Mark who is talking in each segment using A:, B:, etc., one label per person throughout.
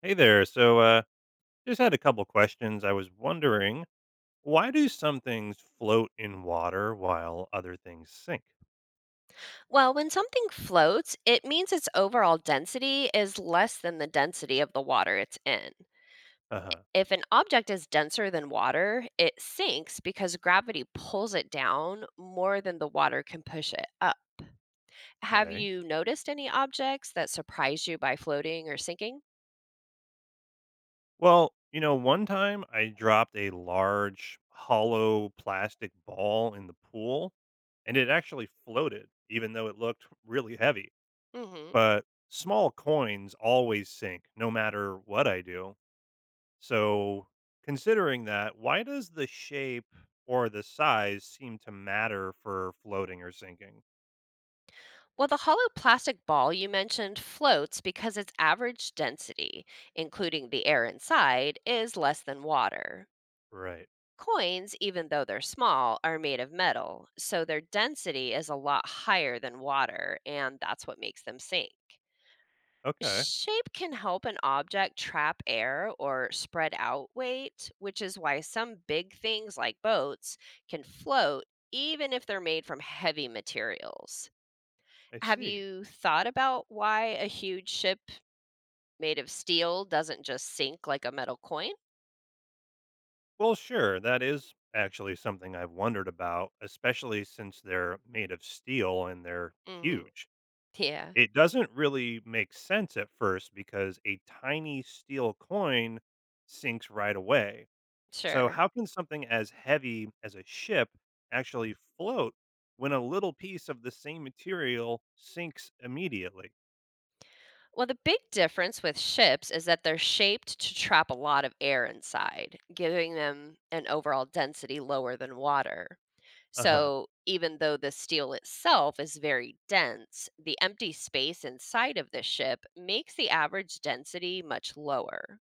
A: Hey there. Just had a couple questions. I was wondering, why do some things float in water while other things sink?
B: Well, when something floats, it means its overall density is less than the density of the water it's in.
A: Uh-huh.
B: If an object is denser than water, it sinks because gravity pulls it down more than the water can push it up. Have
A: Okay.
B: you noticed any objects that surprise you by floating or sinking?
A: One time I dropped a large hollow plastic ball in the pool and it actually floated, even though it looked really heavy.
B: Hmm.
A: But small coins always sink no matter what I do. So, considering that, why does the shape or the size seem to matter for floating or sinking?
B: Well, the hollow plastic ball you mentioned floats because its average density, including the air inside, is less than water.
A: Right.
B: Coins, even though they're small, are made of metal, so their density is a lot higher than water, and that's what makes them sink.
A: Okay.
B: Shape can help an object trap air or spread out weight, which is why some big things like boats can float even if they're made from heavy materials.
A: I
B: Have
A: see.
B: you thought about why a huge ship made of steel doesn't just sink like a metal coin?
A: Well, sure. That is actually something I've wondered about, especially since they're made of steel and they're
B: Hmm.
A: huge.
B: Yeah,
A: It doesn't really make sense at first because a tiny steel coin sinks right away. So,
B: sure.
A: how can something as heavy as a ship actually float when a little piece of the same material sinks immediately?
B: Well, the big difference with ships is that they're shaped to trap a lot of air inside, giving them an overall density lower than water.
A: Uh huh.
B: So, even though the steel itself is very dense, the empty space inside of the ship makes the average density much lower.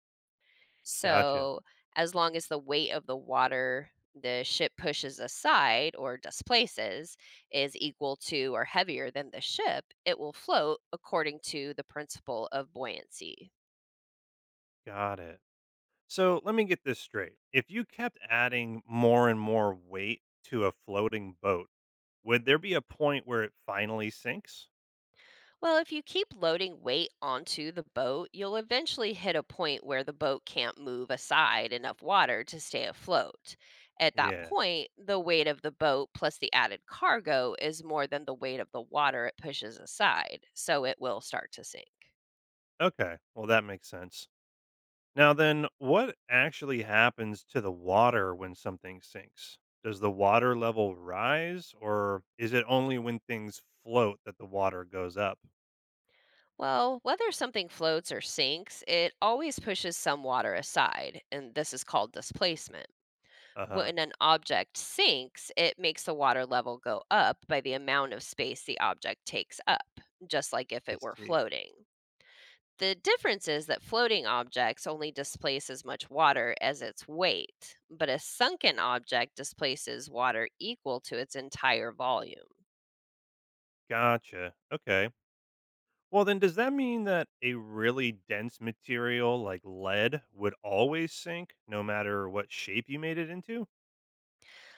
A: Gotcha.
B: So, as long as the weight of the water the ship pushes aside or displaces is equal to or heavier than the ship, it will float according to the principle of buoyancy.
A: Got it. So, let me get this straight. If you kept adding more and more weight to a floating boat, would there be a point where it finally sinks?
B: Well, if you keep loading weight onto the boat, you'll eventually hit a point where the boat can't move aside enough water to stay afloat. At that
A: Yeah.
B: point, the weight of the boat plus the added cargo is more than the weight of the water it pushes aside, so it will start to sink.
A: Okay. Well, that makes sense. Now then, what actually happens to the water when something sinks? Does the water level rise or is it only when things float that the water goes up?
B: Well, whether something floats or sinks, it always pushes some water aside, and this is called displacement.
A: Uh-huh.
B: When an object sinks, it makes the water level go up by the amount of space the object takes up, just like if
A: I
B: it were
A: see.
B: floating. The difference is that floating objects only displace as much water as its weight, but a sunken object displaces water equal to its entire volume.
A: Gotcha. Okay. Well then, does that mean that a really dense material like lead would always sink no matter what shape you made it into?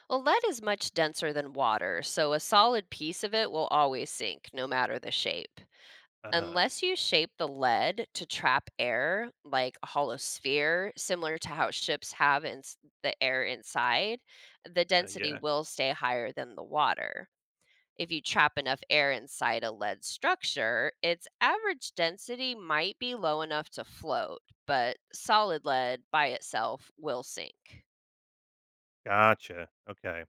B: Well, lead is much denser than water, so a solid piece of it will always sink, no matter the shape.
A: Uh-huh.
B: Unless you shape the lead to trap air, like a hollow sphere, similar to how ships have in the air inside, the density
A: Yeah.
B: will stay higher than the water. If you trap enough air inside a lead structure, its average density might be low enough to float, but solid lead by itself will sink.
A: Gotcha. Okay.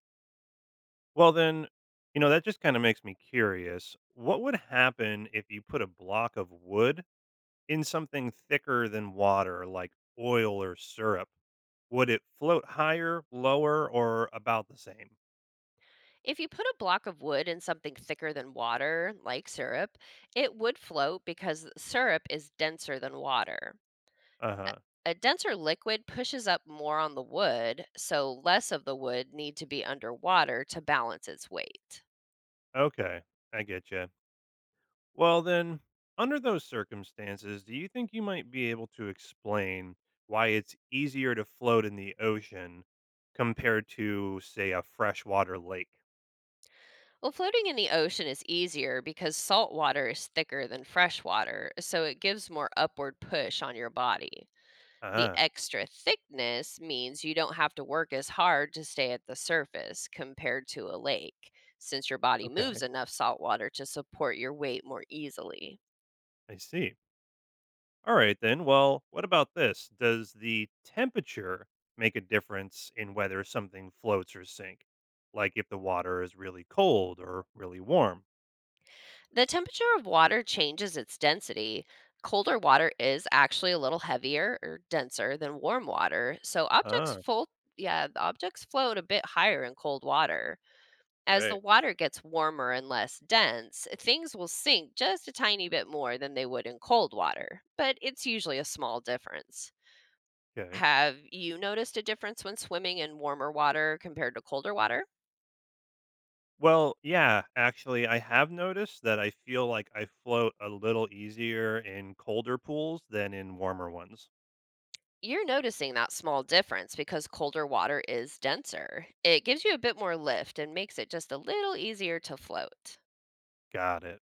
A: Well, then, that just kind of makes me curious. What would happen if you put a block of wood in something thicker than water, like oil or syrup? Would it float higher, lower, or about the same?
B: If you put a block of wood in something thicker than water, like syrup, it would float because syrup is denser than water.
A: Uh
B: A
A: huh.
B: a denser liquid pushes up more on the wood, so less of the wood need to be underwater to balance its weight.
A: Okay, I get you. Well, then, under those circumstances, do you think you might be able to explain why it's easier to float in the ocean compared to, say, a freshwater lake?
B: Well, floating in the ocean is easier because salt water is thicker than fresh water, so it gives more upward push on your body. The
A: Ah,
B: extra thickness means you don't have to work as hard to stay at the surface compared to a lake, since your body moves
A: okay,
B: enough salt water to support your weight more easily.
A: I see. All right, then. Well, what about this? Does the temperature make a difference in whether something floats or sink? Like if the water is really cold or really warm?
B: The temperature of water changes its density. Colder water is actually a little heavier or denser than warm water, so objects
A: Ah,
B: full yeah, the objects float a bit higher in cold water. As the
A: right.
B: water gets warmer and less dense, things will sink just a tiny bit more than they would in cold water, but it's usually a small difference.
A: Okay.
B: Have you noticed a difference when swimming in warmer water compared to colder water?
A: Well, yeah, actually, I have noticed that I feel like I float a little easier in colder pools than in warmer ones.
B: You're noticing that small difference because colder water is denser. It gives you a bit more lift and makes it just a little easier to float.
A: Got it.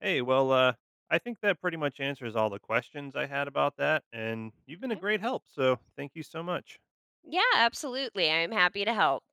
A: Hey, well, I think that pretty much answers all the questions I had about that, and you've been a
B: Okay.
A: great help, so thank you so much.
B: Yeah, absolutely. I'm happy to help.